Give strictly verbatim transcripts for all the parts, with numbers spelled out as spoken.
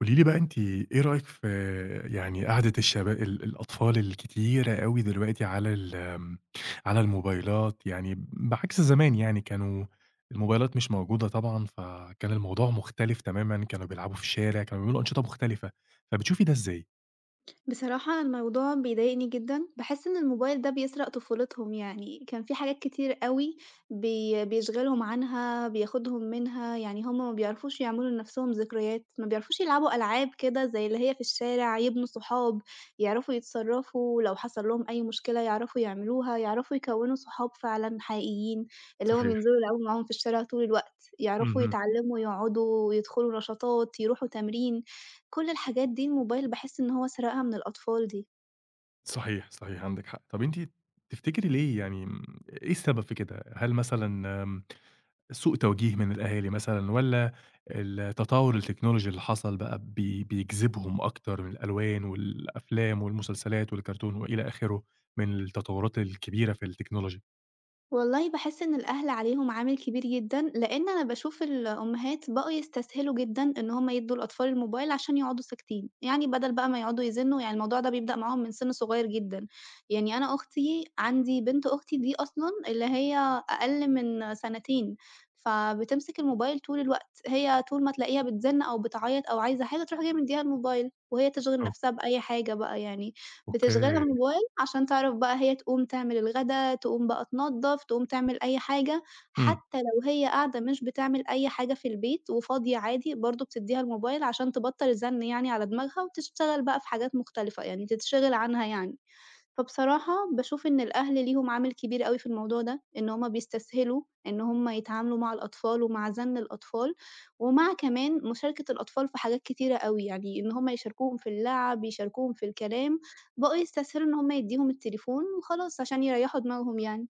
قولي لي بقى أنتِ إيه رأيِك في يعني قعدة الشبا ال الأطفال الكتيرة أوي دلوقتي على ال آمم، على الموبايلات، يعني بعكس زمان، يعني كانوا الموبايلات مش موجودة طبعًا، فكان الموضوع مختلف تمامًا، كانوا بيلعبوا في الشارع، كانوا بيعملوا أنشطة مختلفة، فبتشوفي ده إزاي؟ بصراحة الموضوع بيضايقني جدًا، باحس إن الموبايل ده بيسرق طفولتهم، يعني كان في حاجات كتير أوي بي بيشغلهم عنها، بياخدهم منها، يعني هم ما بيعرفوش يعملوا لنفسهم ذكريات، ما بيعرفوش يلعبوا ألعاب كده زي اللي هي في الشارع، يبنوا صحاب، يعرفوا يتصرفوا لو حصل لهم أي مشكلة يعرفوا يعملوها، يعرفوا يكوّنوا صحاب فعلًا حقيقيين، اللي هم صحيح. بينزلوا يلعبوا معاهم في الشارع طول الوقت، يعرفوا اهم. يتعلموا، يقعدوا، يدخلوا نشاطات، يروحوا تمرين. كل الحاجات دي الموبايل باحس إن هو سرقها من الأطفال دي. صحيح، صحيح عندِك حق. طب أنتِ تفتكري ليه، يعني إيه السبب في كده؟ هل مثلًا آمم سوء توجيه من الأهالي مثلًا، والّا التطور التكنولوجي اللي حصل بقى بي بيجذبهم أكتر من الألوان والأفلام والمسلسلات والكرتون وإلى آخره من التطورات الكبيرة في التكنولوجي؟ والله باحس إن الأهل عليهم عامل كبير جدًا، لإن أنا باشوف الأمهات بقوا يستسهلوا جدًا إن هم يدّوا الأطفال الموبايل عشان يقعدوا ساكتين، يعني بدل بقى ما يقعدوا يزنّوا يعني الموضوع ده بيبدأ معاهم من سِن صغير جدًا، يعني أنا أختي عندي بنت أختي دي أصلًا اللي هي أقل من سنتين، فبتمسك الموبايل طول الوقت، هي طول ما تلاقيها بتزن أو بتعيط أو عايزة حاجة تروح جاية مدّيها الموبايل، وهي تشغِل أو نفسها بأي حاجة بقى يعني، بتشغلها أوكي. موبايل عشان تعرف بقى هي تقوم تعمل الغدا، تقوم بقى تنضّف، تقوم تعمل أي حاجة، إمم. حتى لو هي قاعدة مش بتعمل أي حاجة في البيت وفاضية عادي، برضه بتدّيها الموبايل عشان تبطّل زَن يعني على دماغها وتشتغل بقى في حاجات مختلفة، يعني تتشغِل عنها يعني. فبصراحة باشوف إن الأهل ليهم عامل كبير أوي في الموضوع ده، إن هُم بيستسهلوا إن هُم يتعاملوا مع الأطفال ومع زَن الأطفال، ومع كمان مشاركة الأطفال في حاجات كتيرة أوي، يعني إن هُم يشاركوهم في اللعب، يشاركوهم في الكلام، بقوا يستسهلوا إن هُم يدّيهم التليفون وخلاص عشان يريّحوا دماغهم يعني.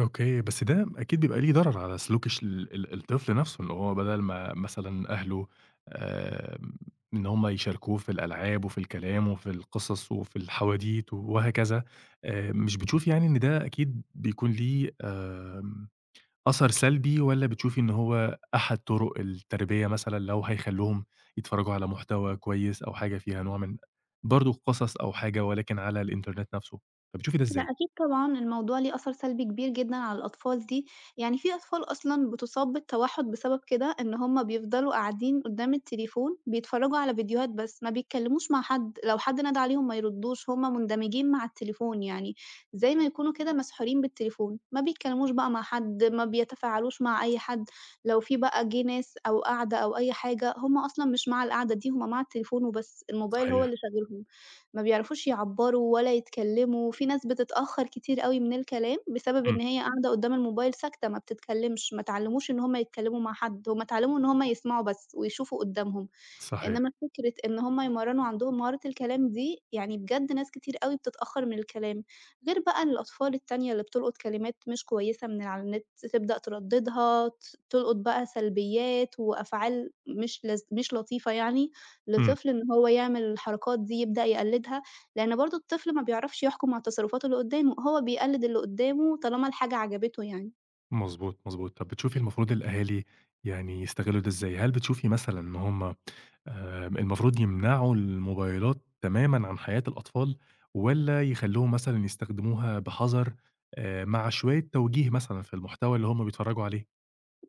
أوكي. بس ده أكيد بيبقى ليه ضرر على سلوك الش ال ال الطفل نفسه، إن هو بدل ما مثلًا أهله، آمم إن هم يشاركوه في الألعاب وفي الكلام وفي القصص وفي الحواديت وهكذا، آآ مش بتشوفي يعني إن ده أكيد بيكون ليه آمم أثر سلبي، والّا بتشوفي إن هو أحد طرق التربية مثلًا لو هيخلّوهم يتفرّجوا على محتوى كويس أو حاجة فيها نوع من برضه قصص أو حاجة ولكن على الإنترنت نَفْسه، فبتشوفي ده لأ إزاي؟ أكيد طبعًا، الموضوع ليه أثر سلبي كبير جدًا على الأطفال دي، يعني في أطفال أصلًا بتُصاب بالتوحُّد بسبب كده، إن هُم بيفضلوا قاعدين قدّام التليفون بيتفرّجوا على فيديوهات بس، ما بيتكلّموش مع حد، لو حد نادى عليهم ما يردّوش، هُم مندمجين مع التليفون يعني، زي ما يكونوا كده مسحورين بالتليفون، ما بيتكلّموش بقى مع حد، ما بيتفاعلوش مع أي حد، لو في بقى جِه ناس أو قعدة أو أي حاجة، هُم أصلًا مش مع القعدة دي، هُم مع التليفون وبس، الموبايل هو صحيح. اللي شاغلهم. ما بيعرفوش يعبّروا ولا يتكلّموا، في ناس بتتأخّر كتير أوي من الكلام بسبب إمم. إن هي قاعدة قدّام الموبايل ساكتة ما بتتكلّمش، ما اتعلّموش إن هم يتكلّموا مع حد، هم اتعلّموا إن هم يسمعوا بس ويشوفوا قدّامهم. صحيح. إنما فكرة إن هم يمرّنوا عندهم مهارة الكلام دي، يعني بجد ناس كتير أوي بتتأخّر من الكلام، غير بقى الأطفال التانية اللي بتلقُط كلمات مش كويسة من على النت، تبدأ تردّدها، ت تلقُط بقى سلبيات وأفعال مش لذ مش لطيفة يعني إمم. لطفل إن هو يعمل الحركات دي، يبدأ يقلّدها، لإن برضه الطفل ما بيعرفش يحكُم على التصرفات اللي قُدّامه، هو بيقلّد اللي قُدّامه طالما الحاجة عجبته يعني. مضبوط، مضبوط. طَب بتشوفي المفروض الأهالي يعني يستغلّوا ده إزاي؟ هل بتشوفي مثلًا إن هم آآ المفروض يمنعوا الموبايلات تمامًا عن حياة الأطفال، والّا يخلّوهم مثلًا يستخدموها بحَذَر، آآ مع شوية توجيه مثلًا في المحتوى اللي هم بيتفرّجوا عليه؟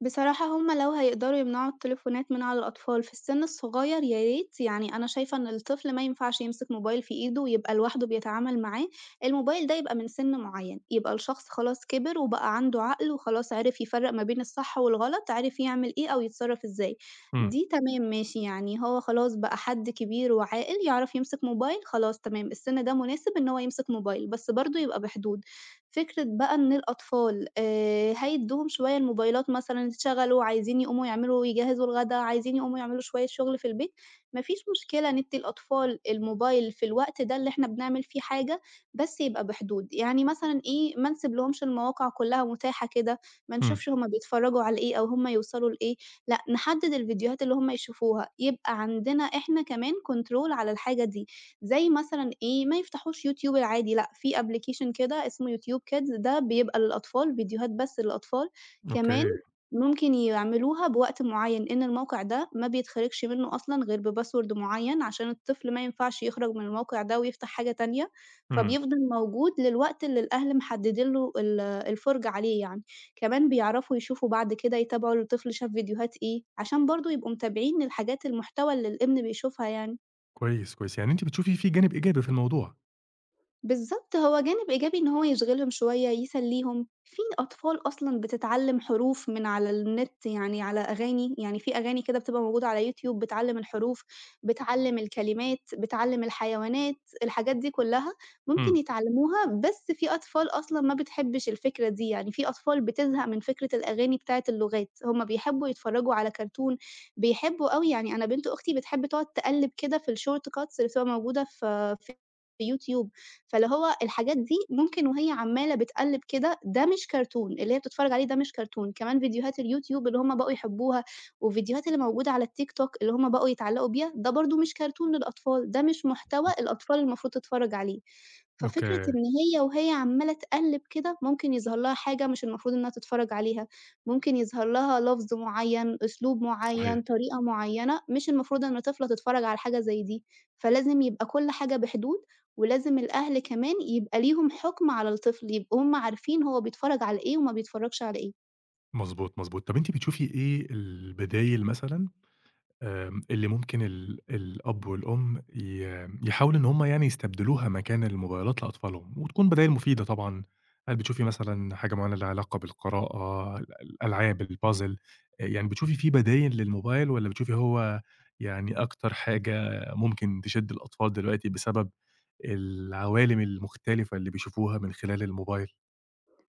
بصراحة هُم لو هيقدروا يمنعوا التليفونات من على الأطفال في السن الصغير يا ريت، يعني أنا شايفة إن الطفل ما ينفعش يمسك موبايل في إيده ويبقى لوحده بيتعامل معاه، الموبايل ده يبقى من سن معيّن، يبقى الشخص خلاص كِبِر وبقى عنده عقل وخلاص عرف يفرّق ما بين الصح والغلط، عرف يعمل إيه أو يتصرّف إزاي، إمم. دي تمام ماشي، يعني هو خلاص بقى حد كبير وعاقل يعرف يمسك موبايل خلاص تمام، السن ده مناسب إن هو يمسك موبايل، بس برضه يبقى بحدود. فكرة بقى إن الأطفال آآ هيدّوهم شوية الموبايلات مثلًا، اتشغلوا عايزين يقوموا يعملوا يجهّزوا الغدا، عايزين يقوموا يعملوا شوية شغل في البيت، ما فيش مشكلة ندّي الأطفال الموبايل في الوقت ده اللي إحنا بنعمل فيه حاجة، بس يبقى بحدود. يعني مثلًا إيه، ما نسيبلهمش المواقع كلّها متاحة كده، ما إمم. نشوفش هم بيتفرّجوا على إيه أو هم يوصلوا لإيه، لأ، نحدّد الفيديوهات اللي هم يشوفوها، يبقى عندنا إحنا كمان control على الحاجة دي. زي مثلًا إيه، ما يفتحوش يوتيوب العادي لأ، في application كده اسمه يوتيوب Kids ده بيبقى للأطفال، فيديوهات بس للأطفال، كمان أوكي. ممكن يعملوها بوقت معيّن، إن الموقع ده ما بيتخرجش منّه أصلًا غير بpassword معيّن، عشان الطفل ما ينفعش يخرج من الموقع ده ويفتح حاجة تانية، إمم. فبيفضل موجود للوقت اللي الأهل محددين له ال الفُرجة عليه يعني، كمان بيعرفوا يشوفوا بعد كده يتابعوا الطفل شاف فيديوهات إيه، عشان برضه يبقوا متابعين الحاجات المحتوى اللي الابن بيشوفها يعني. كويس، كويس، يعني أنتِ بتشوفي في جانب إيجابي في الموضوع. بالضبط، هو جانب إيجابي إن هو يشغلهم شوية، يسلّيهم، في أطفال أصلًا بتتعلّم حروف من على النت، يعني على أغاني، يعني في أغاني كده بتبقى موجودة على يوتيوب بتعلّم الحروف، بتعلّم الكلمات، بتعلّم الحيوانات، الحاجات دي كلّها ممكن إمم. يتعلّموها، بس في أطفال أصلًا ما بتحبّش الفكرة دي، يعني في أطفال بتزهق من فكرة الأغاني بتاعة اللغات، هم بيحبّوا يتفرّجوا على كرتون، بيحبّوا أوي يعني أنا بنت أختي بتحب تقعد تقلِّب كده في الshort cuts اللي بتبقى موجودة في في يوتيوب، فاللي هو الحاجات دي ممكن وهي عمّالة بتقلِّب كده، ده مش كرتون، اللي هي بتتفرّج عليه ده مش كرتون، كمان فيديوهات اليوتيوب اللي هم بقوا يحبّوها والفيديوهات اللي موجودة على التيك توك اللي هم بقوا يتعلّقوا بيها، ده برضه مش كرتون للأطفال، ده مش محتوى الأطفال المفروض تتفرّج عليه. ففكرة أوكي. إن هي وهي عمّالة تقلِّب كده، ممكن يظهر لها حاجة مش المفروض إنها تتفرّج عليها، ممكن يظهر لها لفظ معيّن، أسلوب معيّن، صحيح. طريقة معيّنة، مش المفروض إن طفلة تتفرّج على حاجة زي دي، فلازم يبقى كل حاجة بحدود، ولازم الأهل كمان يبقى ليهم حُكم على الطفل، يبقوا هُم عارفين هو بيتفرّج على إيه وما بيتفرّجش على إيه. مضبوط، مضبوط. طب أنتِ بتشوفي إيه البدايل مثلًا، آمم، اللي ممكن ال الأب والأم ي يحاولوا إن هُم يعني يستبدلوها مكان الموبايلات لأطفالهم، وتكون بدايل مفيدة طبعًا، هل بتشوفي مثلًا حاجة معينة ليها علاقة بالقراءة، ال الألعاب، الpuzzle، آآ، يعني بتشوفي في بدايل للموبايل، والّا بتشوفي هو يعني أكتر حاجة ممكن تشد الأطفال دلوقتي بسبب العوالم المختلفة اللي بيشوفوها من خلال الموبايل.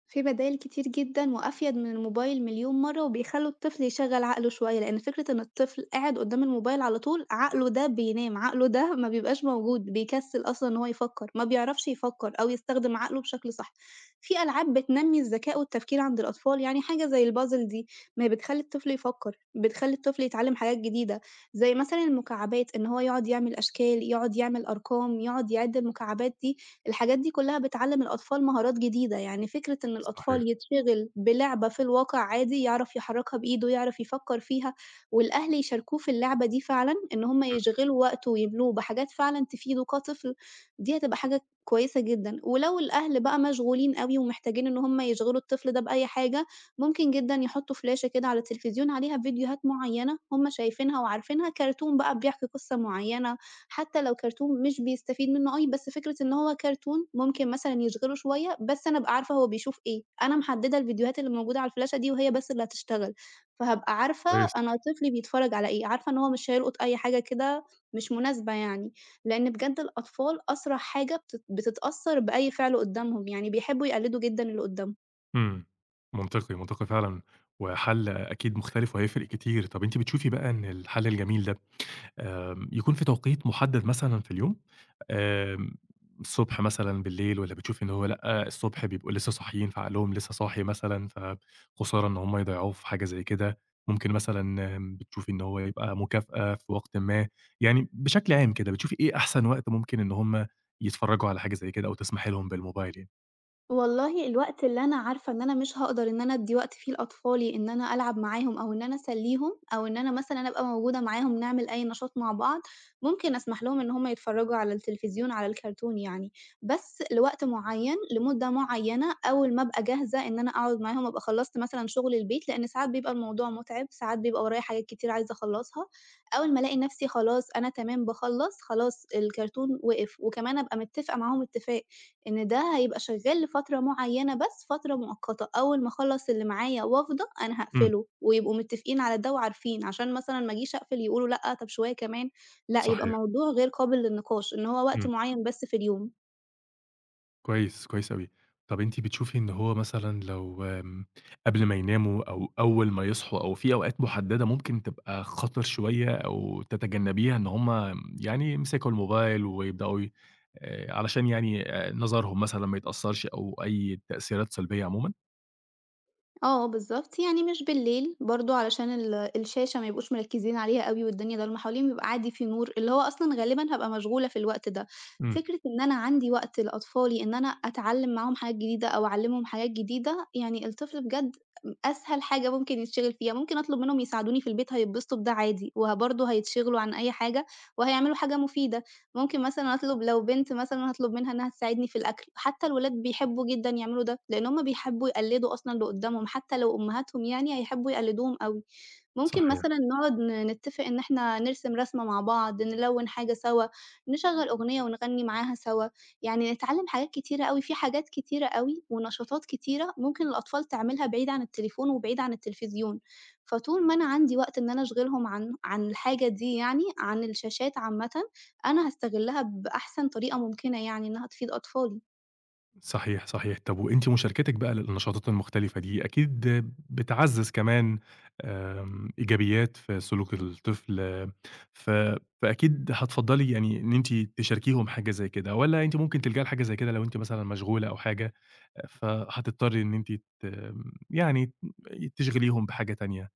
في بدايل كتير جدًا وأفيد من الموبايل مليون مرّة، وبيخلّوا الطفل يشغّل عقله شوية، لإن فكرة إن الطفل قاعد قدّام الموبايل على طول، عقله ده بينام، عقله ده ما بيبقاش موجود، بيكسّل أصلًا إن هو يفكّر، ما بيعرفش يفكّر أو يستخدم عقله بشكل صح. في ألعاب بتنمّي الذكاء والتفكير عند الأطفال، يعني حاجة زي الpuzzle دي، ما هي بتخلّي الطفل يفكّر، بتخلّي الطفل يتعلّم حاجات جديدة، زي مثلًا المكعبات إن هو يقعد يعمل أشكال، يقعد يعمل أرقام، يقعد يعِد المكعبات دي، الحاجات دي كلّها بتعلّم الأطفال مهارات جديدة، يعني فكرة إن صحيح. الأطفال يتشغل بلعبة في الواقع عادي، يعرف يحرّكها بإيده، يعرف يفكّر فيها، والأهل يشاركوه في اللعبة دي فعلًا، إن هم إمم. يشغلوا وقته ويملوه بحاجات فعلًا تفيده كطفل، دي هتبقى حاجة كويسة جدًا. ولو الأهل بقى مشغولين أوي ومحتاجين إن هم يشغلوا الطفل ده بأي حاجة، ممكن جدًا يحطّوا فلاشة كده على التلفزيون عليها فيديوهات معيّنة هم شايفينها وعارفينها، كرتون بقى بيحكي قصة معيّنة. حتى لو كرتون مش بيستفيد منه أوي، بس فكرة إن هو كرتون ممكن مثلًا يشغله شوية، بس أنا أبقى عارفة هو بيشوف إيه، أنا محددة الفيديوهات اللي موجودة على الفلاشة دي وهي بس اللي هتشتغل، فهابقى عارفة كويس. أنا طفلي بيتفرج على إيه، عارفة إن هو مش هيلقط أي حاجة كده مش مناسبة يعني، لإن بجد الأطفال أسرع حاجة بتت بتتأثّر بأي فعل قدّامهم، يعني بيحبّوا يقلدوا جدًا اللي قدّامهم. إمم. منطقي، منطقي فعلًا، وحل أكيد مختلف وهيفرق كتير. طَب أنتِ بتشوفي بقى إن الحل الجميل ده آمم، يكون في توقيت محدد مثلًا في اليوم، آمم، الصبح مثلًا، بالليل، والّا بتشوفي إن هو لأ، الصبح بيبقوا لسه صاحيين فعقلهم لسه صاحي مثلًا، فخسارة إن هم يضيّعوه في حاجة زي كده، ممكن مثلًا بتشوفي إن هو يبقى مكافأة في وقتٍ ما، يعني بشكل عام كده بتشوفي إيه أحسن وقت ممكن إن هم يتفرّجوا على حاجة زي كده أو تسمحي لهم بالموبايل يعني؟ والله الوقت اللي أنا عارفة إن أنا مش هاقدر إن أنا أدّي وقت فيه لأطفالي إن أنا ألعب معاهم أو إن أنا أسلّيهم، أو إن أنا مثلًا أبقى موجودة معاهم نعمل أي نشاط مع بعض، ممكن أسمح لهم إن هم يتفرّجوا على التلفزيون، على الكرتون يعني، بس لوقت معيّن، لمدة معيّنة، أول ما أبقى جاهزة إن أنا أقعد معاهم، أبقى خلّصت مثلًا شُغل البيت، لإن ساعات بيبقى الموضوع مُتعب، ساعات بيبقى ورايا حاجات كتير عايزة أخلّصها، أول ما ألاقي نَفْسي خلاص أنا تمام باخلّص، خلاص الكرتون وقف، وكمان أبقى متّفقة معاهم اتفاق. إن ده هيبقى شغال لفترة معيّنة بس فترة مؤقتة، أول ما أخلّص اللي معايا وأفضى أنا إمم. هاقفله، ويبقوا متفقين على ده وعارفين، عشان مثلًا ما أجيش أقفل يقولوا لأ، طب شوية كمان، لأ، يبقى صحيح. موضوع غير قابل للنقاش، إن هو وقت إمم. معيّن بس في اليوم. كويس، كويس أوي. طَب أنتِ بتشوفي إن هو مثلًا لو آمم، قبل ما يناموا أو أول ما يصحوا أو في أوقات محددة ممكن تبقى خطر شوية أو تتجنبيها إن هم يعني يمسكوا الموبايل ويبدأوا ي آآ، علشان يعني آآ، نظرهم مثلًا ما يتأثّرش أو أي تأثيرات سلبية عمومًا؟ آه، بالضبط، يعني مش بالليل برضه علشان ال الشاشة ما يبقوش مركّزين عليها أوي والدنيا ضلمة حواليهم، يبقى عادي في نور، اللي هو أصلًا غالبًا هابقى مشغولة في الوقت ده. إمم. فكرة إن أنا عندي وقت لأطفالي إن أنا أتعلّم معاهم حاجات جديدة أو أعلّمهم حاجات جديدة، يعني الطفل بجد م أسهل حاجة ممكن يتشغِل فيها، ممكن أطلب منهم يساعدوني في البيت هيتبسطوا بده عادي، وه برضه هيتشغلوا عن أي حاجة وهيعملوا حاجة مفيدة. ممكن مثلًا أطلب لو بنت مثلًا هاطلب منها إنها تساعدني في الأكل، حتى الولاد بيحبوا جدًا يعملوا ده، لإن هُم بيحبوا يقلدوا أصلًا اللي قدّامهم، حتى لو أمهاتهم يعني هيحبوا يقلدوهم أوي. ممكن صحيح. مثلًا نقعد ن نتّفق إن إحنا نرسم رسمة مع بعض، نلوّن حاجة سوا، نشغّل أغنية ونغني معاها سوا، يعني نتعلّم حاجات كتيرة أوي، في حاجات كتيرة أوي ونشاطات كتيرة ممكن الأطفال تعملها بعيد عن التليفون وبعيد عن التلفزيون، فطول ما أنا عندي وقت إن أنا أشغلهم عن عن الحاجة دي يعني، عن الشاشات عامةً، أنا هاستغلّها بأحسن طريقة ممكنة يعني إنّها تفيد أطفالي. صحيح، صحيح. طب وأنتِ مشاركتِك بقى للنشاطات المختلفة دي أكيد بتعزّز كمان آمم، إيجابيات في سلوك الطفل، ف فأكيد هتفضّلي يعني إن أنتِ تشاركيهم حاجة زي كده، والّا أنتِ ممكن تلجأي لحاجة زي كده لو أنتِ مثلًا مشغولة أو حاجة، فهتضطري إن أنتِ ت يعني تشغليهم بحاجة تانية؟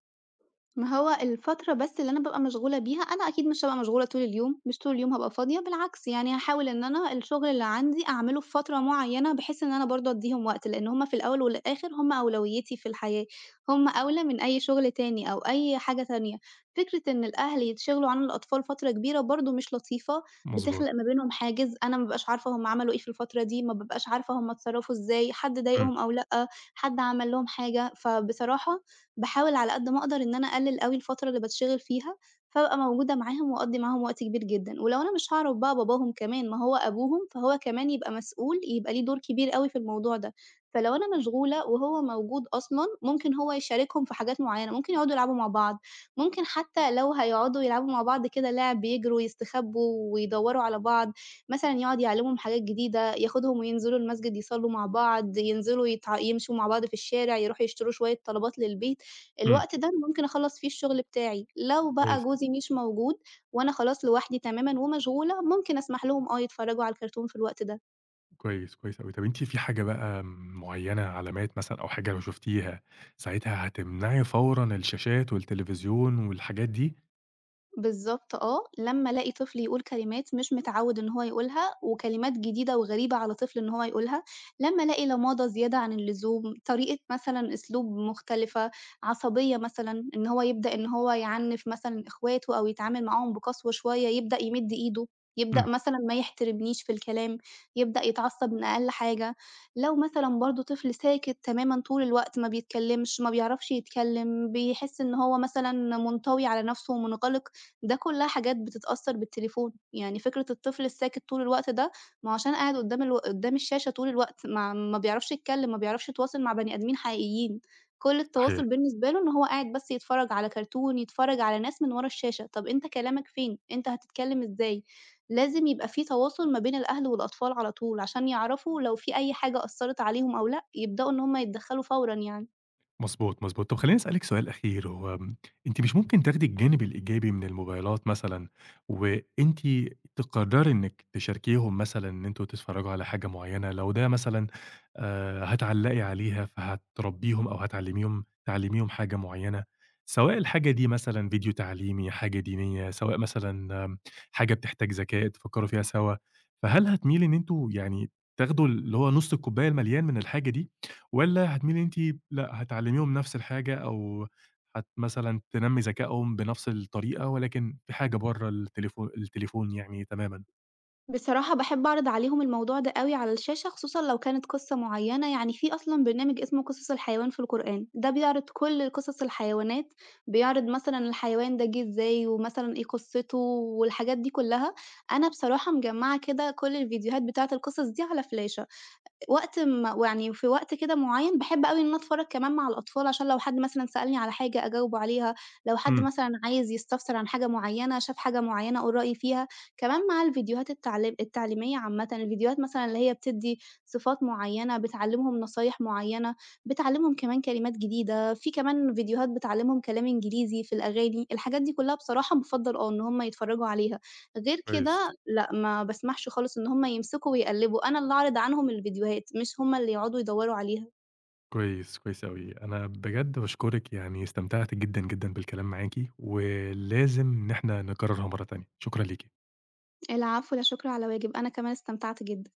ما هو الفترة بس اللي أنا بابقى مشغولة بيها، أنا أكيد مش هابقى مشغولة طول اليوم، مش طول اليوم هابقى فاضية، بالعكس يعني هاحاول إن أنا الشغل اللي عندي أعمله في فترة معيّنة، بحيث إن أنا برضه أدّيهم وقت، لإن هُم في الأول والآخر هُم أولويتي في الحياة، هُم أولى من أي شغل تاني أو أي حاجة تانية. فكرة إن الأهل يتشغلوا عن الأطفال فترة كبيرة برضه مش لطيفة، مضبوط. بتخلق ما بينهم حاجز، أنا ما بابقاش عارفة هُم عملوا إيه في الفترة دي، ما بابقاش عارفة هُم اتصرّفوا إزاي، حد إمم. ضايقهم أو لأ، حد عمل لهم حاجة، فبصراحة باحاول على قد ما أقدر إن أنا أقلِّل أوي الفترة اللي باتشغِل فيها، فابقى موجودة معاهم وأقضّي معاهم وقت كبير جدًا، ولو أنا مش هاعرف بقى باباهم كمان، ما هو أبوهم، فهو كمان يبقى مسؤول، يبقى ليه دور كبير أوي في الموضوع ده، فلو أنا مشغولة وهو موجود أصلًا، ممكن هو يشاركهم في حاجات معيّنة، ممكن يقعدوا يلعبوا مع بعض، ممكن حتى لو هيقعدوا يلعبوا مع بعض كده لِعْب، يجروا، يستخبّوا ويدوّروا على بعض، مثلًا يقعد يعلّمهم حاجات جديدة، ياخدهم وينزلوا المسجد يصلّوا مع بعض، ينزلوا يتع يمشوا مع بعض في الشارع، يروحوا يشتروا شوية طلبات للبيت. إمم. الوقت ده أنا ممكن أخلّص فيه الشغل بتاعي، لو بقى كويس. جوزي مش موجود وأنا خلاص لوحدي تمامًا ومشغولة، ممكن أسمح لهم آه يتفرّجوا على الكرتون في الوقت ده. كويس، كويس أوي. طب أنتِ في حاجة بقى معيّنة، علامات مثلًا أو حاجة لو شُفتيها ساعتها هتمنعي فورًا الشاشات والتليفزيون والحاجات دي؟ بالضبط آه، لمّا ألاقي طفل يقول كلمات مش متعوّد إن هو يقولها، وكلمات جديدة وغريبة على طفل إن هو يقولها، لمّا ألاقي لمادة زيادة عن اللزوم، طريقة مثلًا أسلوب مختلفة، عصبية مثلًا، إن هو يبدأ إن هو يعنِّف مثلًا إخواته أو يتعامل معاهم بقسوة شوية، يبدأ يمِد إيده، يبدأ إمم. مثلًا ما يحترمنيش في الكلام، يبدأ يتعصب من أقل حاجة. لو مثلًا برضه طفل ساكت تمامًا طول الوقت، ما بيتكلمش، ما بيعرفش يتكلم، بيحس إن هو مثلًا منطوي على نَفْسه ومنغلق ده كلّها حاجات بتتأثّر بالتليفون، يعني فكرة الطفل الساكت طول الوقت ده، ما هو عشان قاعد قدّام الو قدّام الشاشة طول الوقت، ما ما بيعرفش يتكلّم، ما بيعرفش يتواصل مع بني آدمين حقيقيين، كل صحيح. التواصل بالنسبة له إن هو قاعد بس يتفرّج على كرتون، يتفرّج على ناس من ورا الشاشة، طَب أنت كلامك فين؟ أنت هتتكلّم إزاي؟ لازم يبقى في تواصل ما بين الأهل والأطفال على طول، عشان يعرفوا لو في أي حاجة أثّرت عليهم أو لأ، يبدؤوا إن هم يتدخّلوا فورًا يعني. مضبوط، مضبوط. طب خلّيني أسألِك سؤال أخير، هو آمم أنتِ مش ممكن تاخدي الجانب الإيجابي من الموبايلات مثلًا، وأنتِ تقرّري إنِّك تشاركيهم مثلًا إن أنتم تتفرّجوا على حاجة معيّنة، لو ده مثلًا آآ هتعلّقي عليها فهتربّيهم أو هتعلّميهم تعلّميهم حاجة معيّنة، سواء الحاجة دي مثلًا فيديو تعليمي، حاجة دينية، سواء مثلًا آمم حاجة بتحتاج ذكاء تفكّروا فيها سوا، فهل هتميلي إن أنتم يعني تاخدوا اللي هو نُص الكوباية المليان من الحاجة دي؟ والّا هتميلي أنتِ لأ، هتعلّميهم نفس الحاجة، أو هت مثلًا تنمّي ذكائهم بنفس الطريقة ولكن في حاجة برّه التليفو التليفون يعني تمامًا؟ بصراحة باحب أعرض عليهم الموضوع ده أوي على الشاشة، خصوصًا لو كانت قصة معيّنة، يعني في أصلًا برنامج اسمه قصص الحيوان في القرآن، ده بيعرض كل قصص الحيوانات، بيعرض مثلًا الحيوان ده جه إزاي، ومثلًا إيه قصته والحاجات دي كلّها، أنا بصراحة مجمّعة كده كل الفيديوهات بتاعة القصص دي على فلاشة. وقت ما ويعني في وقت كده معيّن باحب أوي إن أنا أتفرّج كمان مع الأطفال، عشان لو حد مثلًا سألني على حاجة أجاوبه عليها، لو حد إمم. مثلًا عايز يستفسر عن حاجة معيّنة، شاف حاجة معيّنة أقول رأيي فيها، كمان مع الفيديوهات التعليم التعليمية عامةً، الفيديوهات مثلًا اللي هي بتدّي صفات معيّنة، بتعلّمهم نصايح معيّنة، بتعلّمهم كمان كلمات جديدة، في كمان فيديوهات بتعلّمهم كلام إنجليزي في الأغاني، الحاجات دي كلّها بصراحة بافضّل آه، إن هُم يتفرّجوا عليها، غير كويس، كده لأ، ما باسمحش خالص إن هُم يمسكوا ويقلّبوا، أنا اللي أعرض عنهم الفيديوهات، مش هُم اللي يقعدوا يدوّروا عليها. كويس، كويس أوي. أنا بجد باشكرِك، يعني استمتعت جدًا، جدًا بالكلام معاكِ، ولازم إن إحنا نكررها مرّة تانية. شكرًا ليكِ. العفو، لا شكر على واجب، أنا كمان استمتعت جدًا.